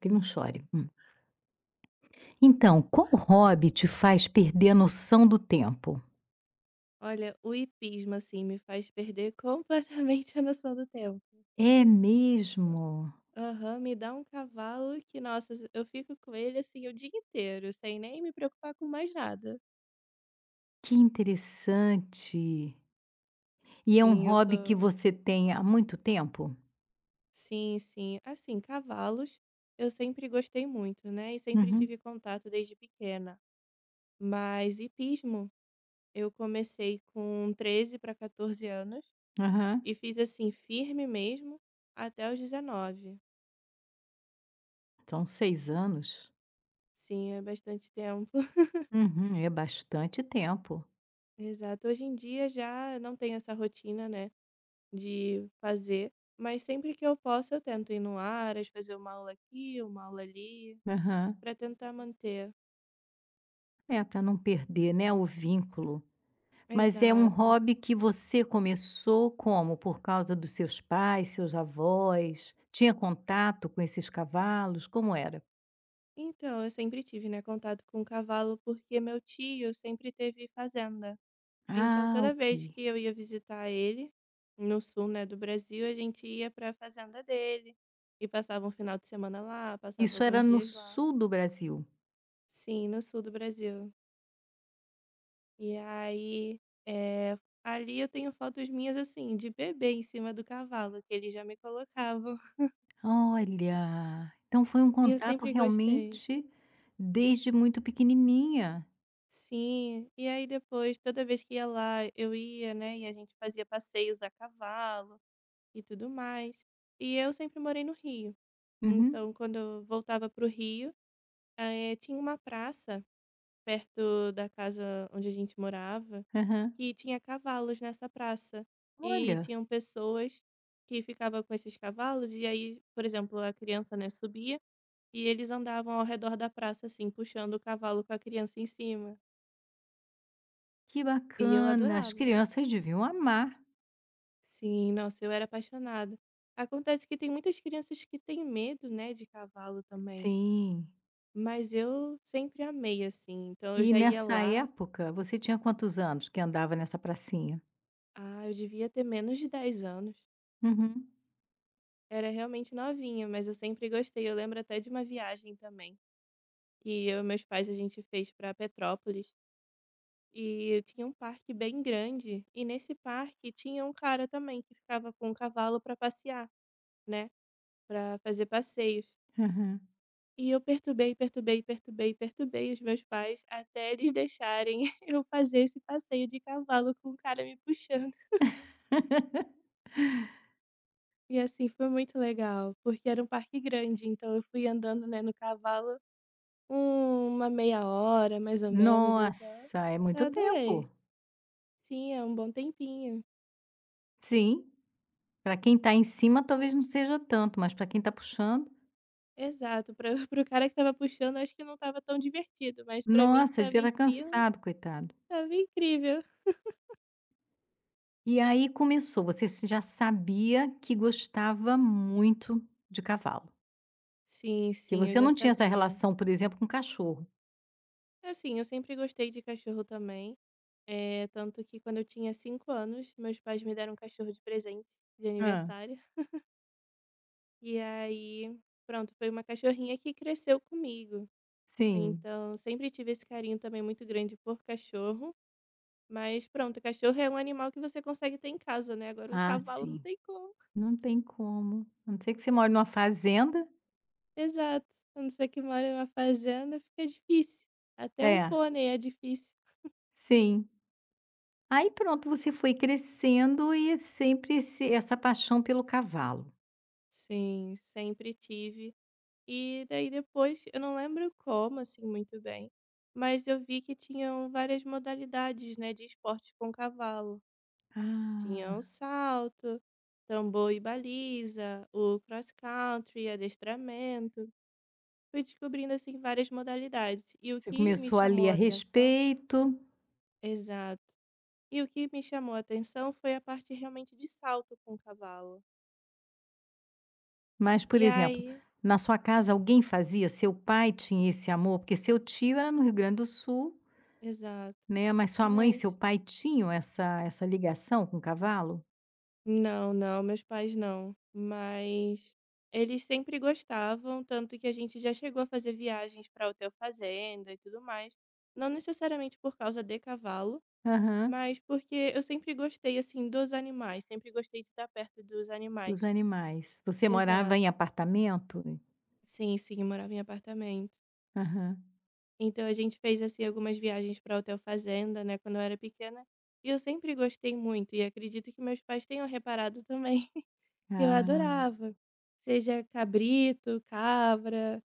Que não chore. Hum. Então, qual hobby te faz perder a noção do tempo? Olha, o hipismo, assim, me faz perder completamente a noção do tempo. É mesmo? Aham, me dá um cavalo que, nossa, eu fico com ele, assim, o dia inteiro, sem nem me preocupar com mais nada. Que interessante. E é um Sim, eu hobby que sou. você tem há muito tempo? Sim, sim. Assim, cavalos, eu sempre gostei muito, né? E sempre Uhum. tive contato desde pequena. Mas hipismo, eu comecei com 13 para 14 anos Aham. e fiz, assim, firme mesmo até os 19. São 6 anos? Sim, é bastante tempo. Uhum. É bastante tempo. Exato. Hoje em dia já não tenho essa rotina, né, de fazer, mas sempre que eu posso eu tento ir no Aras, fazer uma aula aqui, uma aula ali, Aham. para tentar manter. É, para não perder, né, o vínculo. Mas é um Exato. hobby que você começou como? Por causa dos seus pais, seus avós? Tinha contato com esses cavalos? Como era? Então, eu sempre tive, né, contato com cavalo porque meu tio sempre teve fazenda. Então, Ah, toda ok. vez que eu ia visitar ele no sul, né, do Brasil, a gente ia para a fazenda dele e passava um final de semana lá, passava Isso alguns era no dias lá. sul do Brasil? Sim, no sul do Brasil. E aí, eh, ali eu tenho fotos minhas, assim, de bebê em cima do cavalo, que eles já me colocavam. Olha, então foi um E eu contato sempre gostei. realmente desde muito pequenininha. Sim. E aí depois, toda vez que ia lá, eu ia, né, e a gente fazia passeios a cavalo e tudo mais. E eu sempre morei no Rio. Uhum, Então, quando eu voltava pro Rio, tinha uma praça perto da casa onde a gente morava, aham. que tinha cavalos nessa praça. E Olha, tinham pessoas que ficavam com esses cavalos, e aí, por exemplo, a criança, né, subia e eles andavam ao redor da praça, assim, puxando o cavalo com a criança em cima. que E eu bacana, as adorava. crianças deviam amar. Sim, nossa, eu era apaixonada. Acontece que tem muitas crianças que têm medo, né, de cavalo também. Sim. Mas eu sempre amei, assim. Então eu E já ia nessa lá. época, você tinha quantos anos que andava nessa pracinha? Ah, eu devia ter menos de 10 anos. Uhum, Era realmente novinha, mas eu sempre gostei. Eu lembro até de uma viagem também, que eu e meus pais a gente fez para Petrópolis, e tinha um parque bem grande, e nesse parque tinha um cara também que ficava com um cavalo para passear, né, para fazer passeios. aham. E eu perturbei, perturbei, perturbei, perturbei os meus pais até eles deixarem eu fazer esse passeio de cavalo com o cara me puxando. E assim, foi muito legal, porque era um parque grande, então eu fui andando, né, no cavalo, uma meia hora, mais ou menos. Então Nossa, é eu muito adorei. tempo. Sim, é um bom tempinho. Sim, para quem está em cima talvez não seja tanto, mas para quem está puxando Exato, pra para o cara que estava puxando, acho que não estava tão divertido, mas para mim que Nossa, estava devia em estar cima, cansado, coitado. estava incrível. E aí começou, você s já sabia que gostava muito de cavalo, Sim, que sim, eu você já não tinha essa sabia. relação, por exemplo, com cachorro. Assim, eu sempre gostei de cachorro também, é tanto que quando eu tinha 5 anos, meus pais me deram um cachorro de presente de Hã, aniversário, e aí, pronto, foi uma cachorrinha que cresceu comigo. sim. Então, sempre tive esse carinho também muito grande por cachorro. Mas pronto, cachorro é um animal que você consegue ter em casa, né, agora um Ah, cavalo não sim, tem como. não tem como, a não ser que você mora numa fazenda. Exato. A não ser que mora em uma fazenda, fica difícil. Até um É. pônei é difícil. Sim. Aí pronto, você foi crescendo e sempre esse essa paixão pelo cavalo. Sim. Sempre tive. E daí depois, eu não lembro como, assim, muito bem, mas eu vi que tinham várias modalidades, né, de esporte com cavalo. Tinha Ah. o salto, tambor e baliza, o cross country, adestramento. Fui descobrindo, assim, várias modalidades. E o Você que me começou ali chamou a a atenção. respeito. Exato. E o que me chamou a atenção foi a parte realmente de salto com o cavalo. Mas, por E exemplo, aí. na sua casa alguém fazia? Seu pai tinha esse amor? Porque seu tio era no Rio Grande do Sul, Exato. né, mas sua mãe e seu Mas pai tinham essa ligação com o cavalo? não, não, meus pais não. Mas eles sempre gostavam, tanto que a gente já chegou a fazer viagens para hotel fazenda e tudo mais. Não necessariamente por causa de cavalo, Aham, mas porque eu sempre gostei, assim, dos animais, sempre gostei de estar perto dos animais. dos animais. Você morava Exato. em apartamento? Sim, sim, eu morava em apartamento. Aham. Então a gente fez, assim, algumas viagens para hotel fazenda, né, quando eu era pequena, e eu sempre gostei muito e acredito que meus pais tenham reparado também eu Ah, adorava. Seja cabrito, cabra,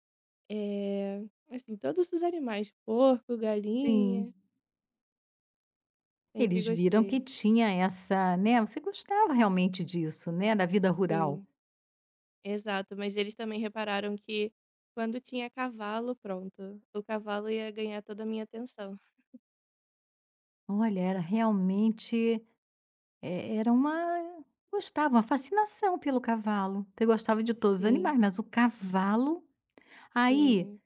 eh, assim, todos os animais, porco, galinha, sim. sempre Eles viram que gostei. tinha essa, né, você gostava realmente disso, né, da vida rural. Sim, exato, mas eles também repararam que quando tinha cavalo, pronto, o cavalo ia ganhar toda a minha atenção. Olha, era realmente Era uma gostava, uma fascinação pelo cavalo. Então eu gostava de todos os Sim, animais, mas o cavalo aí, sim.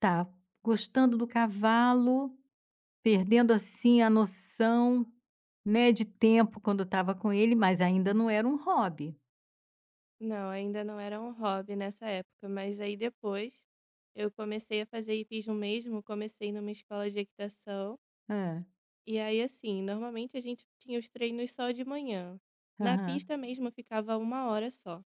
tá, gostando do cavalo, perdendo, assim, a noção, né, de tempo quando estava com ele, mas ainda não era um hobby. Não, ainda não era um hobby nessa época, mas aí depois eu comecei a fazer hipismo mesmo, comecei numa escola de equitação. Hã. E aí, assim, normalmente a gente tinha os treinos só de manhã. Na Aham, pista mesmo ficava uma hora só.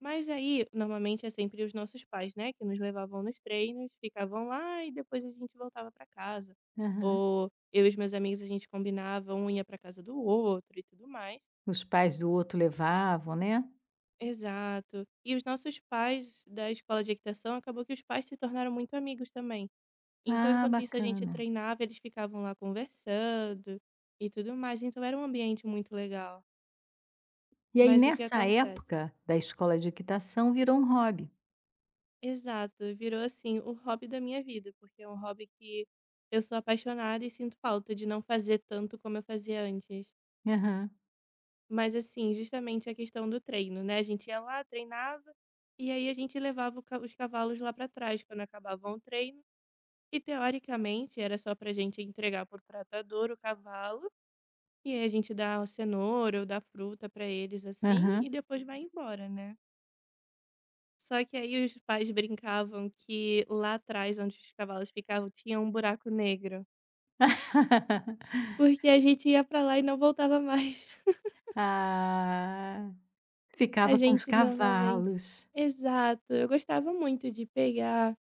Mas aí, normalmente é sempre os nossos pais, né, que nos levavam nos treinos, ficavam lá e depois a gente voltava para casa. aham. Ou eu e os meus amigos a gente combinava, um ia para casa do outro e tudo mais. Os pais do outro levavam, né. Exato. E os nossos pais da escola de equitação, acabou que os pais se tornaram muito amigos também. Então, Ah, enquanto isso a gente bacana. treinava, eles ficavam lá conversando e tudo mais. Então, era um ambiente muito legal. E aí Mas o que nessa acontece? época da escola de equitação virou um hobby. Exato, virou assim o hobby da minha vida, porque é um hobby que eu sou apaixonada e sinto falta de não fazer tanto como eu fazia antes. Aham, Mas assim, justamente a questão do treino, né? A gente ia lá, treinava, e aí a gente levava os cavalos lá para trás quando acabavam o treino. E teoricamente era só pra gente entregar por tratador o cavalo, e aí a gente dá a cenoura ou dá fruta pra eles assim e aham. depois vai embora, né. Só que aí os pais brincavam que lá atrás onde os cavalos ficavam tinha um buraco negro, porque a gente ia pra lá e não voltava mais. Ah. A Ficava com os gente normalmente, cavalos. exato, eu gostava muito de pegar,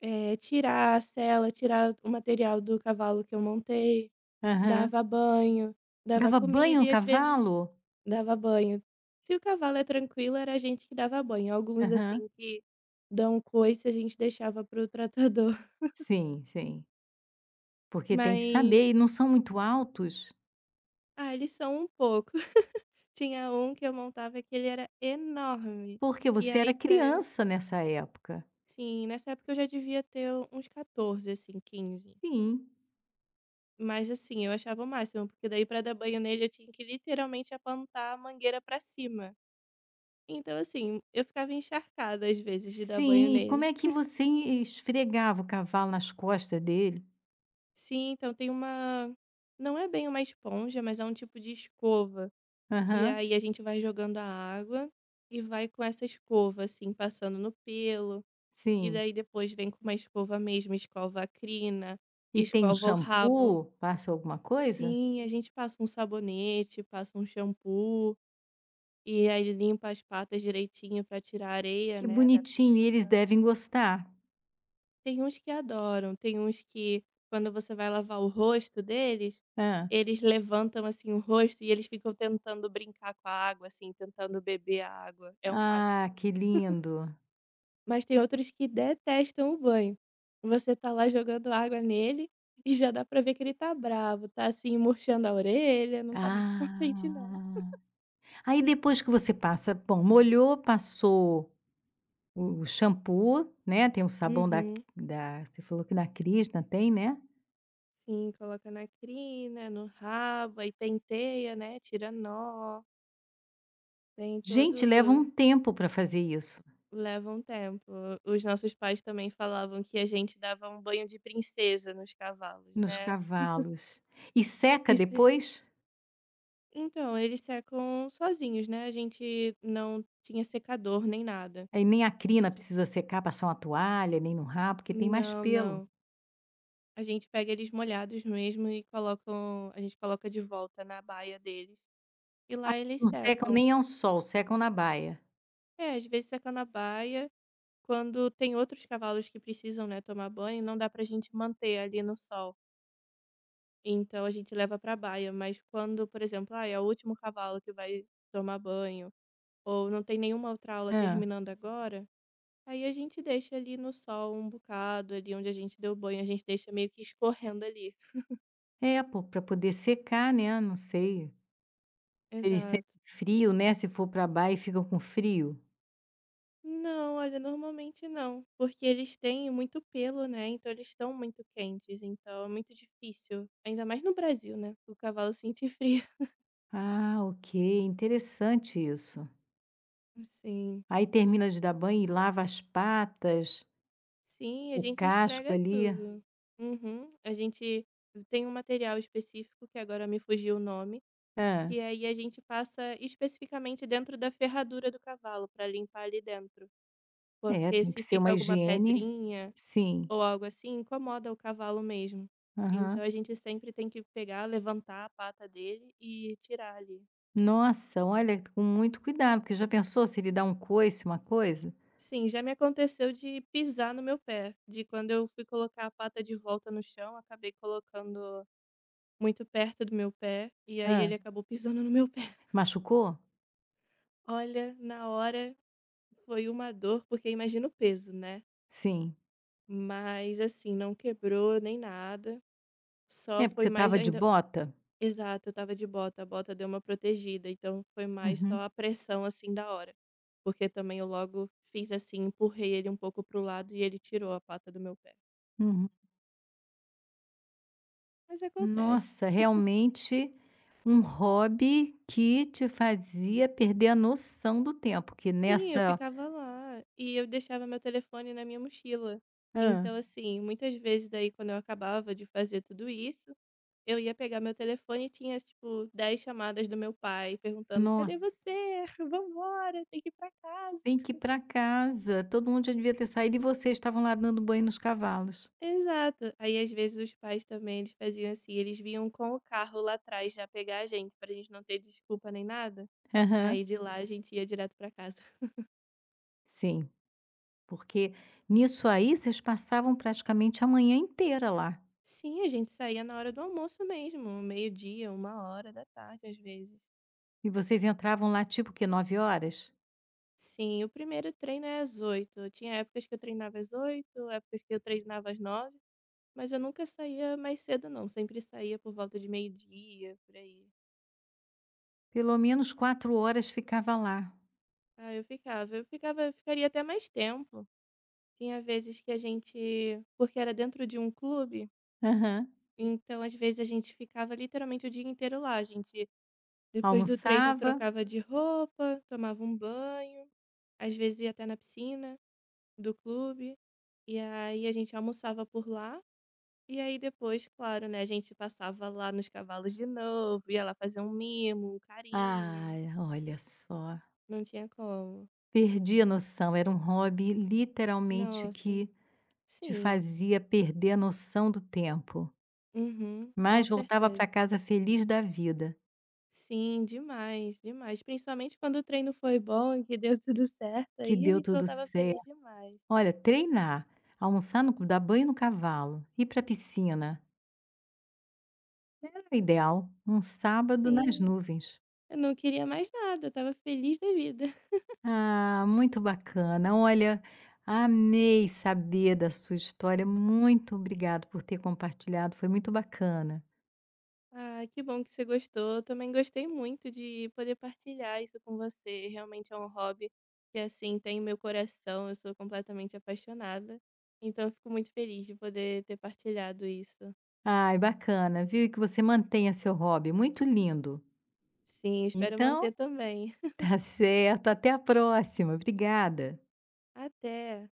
tirar a sela, tirar o material do cavalo que eu montei, Aham. dava banho, dava Dava banho comida no e às vezes. cavalo? Dava banho. Se o cavalo é tranquilo, era a gente que dava banho. Alguns, assim, Aham. que dão coice, a gente deixava para o tratador. Sim, sim. Porque tem que Mas, saber, e não são muito altos, ah, eles são um pouco. Tinha um que eu montava que ele era enorme. porque E você aí, era pra eu. criança nessa época. Sim, nessa época eu já devia ter uns 14, assim, 15. Sim, Mas, assim, eu achava o máximo, porque daí pra dar banho nele eu tinha que literalmente apontar a mangueira pra cima. Então, assim, eu ficava encharcada às vezes de dar banho sim. E como nele. é que você esfregava o cavalo nas costas dele? Sim, então tem uma, não é bem uma esponja, mas é um tipo de escova, que Aham, aí a gente vai jogando a água e vai com essa escova, assim, passando no pelo, e sim. daí depois vem com uma escova mesmo, escova a crina, E tem um escova o rabo. shampoo? Passa alguma coisa? Sim, a gente passa um sabonete, passa um shampoo, e aí limpa as patas direitinho pra tirar a areia, Que né, da bonitinho, e eles pista. devem gostar. Tem uns que adoram, tem uns que quando você vai lavar o rosto deles, Hã. eles levantam, assim, o rosto e eles ficam tentando brincar com a água, assim, tentando beber a água, é o Ah, máximo. que lindo. Mas tem outros que detestam o banho. Você tá lá jogando água nele e já dá pra ver que ele tá bravo, tá, assim, murchando a orelha, não tá muito contente não. Ah. Aí depois que você passa bom, molhou, passou o shampoo, né, tem o sabão da Uhum. da você falou que da Krishna tem, né. Sim, coloca na crina, no rabo, aí penteia, né, tira nó, tem Gente, leva um todo. tempo para fazer isso, Leva um tempo. Os nossos pais também falavam que a gente dava um banho de princesa nos cavalos, nos né. cavalos. E seca E se, depois? então, eles secam sozinhos, né, a gente não tinha secador nem nada. Aí nem a crina S precisa secar, passar uma toalha, nem no rabo, porque tem mais Não, pelo. não. A gente pega eles molhados mesmo e colocam a gente coloca de volta na baia deles, e Aí lá eles não secam secam. nem ao sol, secam na baia. É, às vezes seca na baia, quando tem outros cavalos que precisam, né, tomar banho, não dá pra gente manter ali no sol. Então a gente leva para baia, mas quando, por exemplo, ah, é o último cavalo que vai tomar banho, ou não tem nenhuma outra aula Hã. terminando agora, aí a gente deixa ali no sol um bocado, ali onde a gente deu banho, a gente deixa meio que escorrendo ali. É, pô, para poder secar, né, não sei, se eles Exato. sentem frio, né, se for para baia ficam com frio. Não, olha, normalmente não, porque eles têm muito pelo, né? Então eles estão muito quentes, então é muito difícil, ainda mais no Brasil, né? O cavalo sente frio. Ah, ok, interessante isso. Sim. Aí termina de dar banho e lava as patas, Sim, a o gente casco esfrega ali. tudo. Uhum. A gente tem um material específico, que agora me fugiu o nome, Hã. que aí a gente passa especificamente dentro da ferradura do cavalo, para limpar ali dentro. É, Porque tem que se ser fica uma alguma higiene. pedrinha Sim. ou algo assim, incomoda o cavalo mesmo. Então Aham. a gente sempre tem que pegar, levantar a pata dele e tirar ali. Nossa, olha, com muito cuidado, porque já pensou se ele dá um coice, uma coisa? Sim, já me aconteceu de pisar no meu pé, de quando eu fui colocar a pata de volta no chão, acabei colocando muito perto do meu pé, e aí ele Ah, acabou pisando no meu pé. machucou? Olha, na hora foi uma dor, porque imagina o peso, né. Sim. Mas assim, não quebrou nem nada, só É, porque foi você mais estava de ainda, bota? exato, eu estava de bota, a bota deu uma protegida, então foi mais Uhum, só a pressão, assim, da hora. Porque também eu logo fiz assim, empurrei ele um pouco para o lado e ele tirou a pata do meu pé. uhum. Mas acontece. Nossa, realmente um hobby que te fazia perder a noção do tempo, que Sim, eu nessa ficava lá e eu deixava meu telefone na minha mochila. hã. Então, assim, muitas vezes daí quando eu acabava de fazer tudo isso, eu ia pegar meu telefone e tinha, tipo, 10 chamadas do meu pai perguntando: cadê Nossa, você? Vambora, tem que ir pra casa. tem que ir pra casa. Todo mundo já devia ter saído e vocês estavam lá dando banho nos cavalos. Exato. Aí, às vezes, os pais também, eles faziam assim, eles vinham com o carro lá atrás já pegar a gente, pra gente não ter desculpa nem nada. Aí Aham. de lá a gente ia direto pra casa. Sim, porque nisso aí vocês passavam praticamente a manhã inteira lá. Sim, a gente saía na hora do almoço mesmo, meio-dia, uma hora da tarde às vezes. E vocês entravam lá tipo que 9 horas, Sim, o primeiro treino é às 8. Tinha épocas que eu treinava às 8, épocas que eu treinava às 9, mas eu nunca saía mais cedo não, sempre saía por volta de meio-dia, por aí. pelo menos 4 horas ficava lá. Ah, eu ficaria até mais tempo. Tinha vezes que a gente, porque era dentro de um clube, Aham. então às vezes a gente ficava literalmente o dia inteiro lá, a gente depois do treino Almoçava trocava de roupa, tomava um banho. Às vezes ia até na piscina do clube, e aí a gente almoçava por lá, e aí depois, claro, né, a gente passava lá nos cavalos de novo, ia lá fazer um mimo, um carinho, ah, olha só, não tinha como. perdi a noção, era um hobby literalmente Nossa, que te sim. fazia perder a noção do tempo, Uhum, com mas voltava certeza. pra casa feliz da vida. Sim, demais, demais. Principalmente quando o treino foi bom, que deu tudo certo, Que aí a deu gente tudo voltava certo. feliz demais. Olha, treinar, almoçar no clube, dar banho no cavalo, ir pra piscina, era o ideal, um sábado nas Sim, nuvens. eu não queria mais nada, eu estava feliz da vida. Ah, muito bacana. Olha, amei saber da sua história, muito obrigado por ter compartilhado, foi muito bacana. Ah, que bom que você gostou. Eu também gostei muito de poder partilhar isso com você. Realmente é um hobby que, assim, tem meu coração. Eu sou completamente apaixonada. Então, eu fico muito feliz de poder ter partilhado isso. Ai, bacana, viu, e que você mantenha seu hobby, muito lindo. Sim, espero Então, manter também. tá certo, até a próxima, obrigada. Até!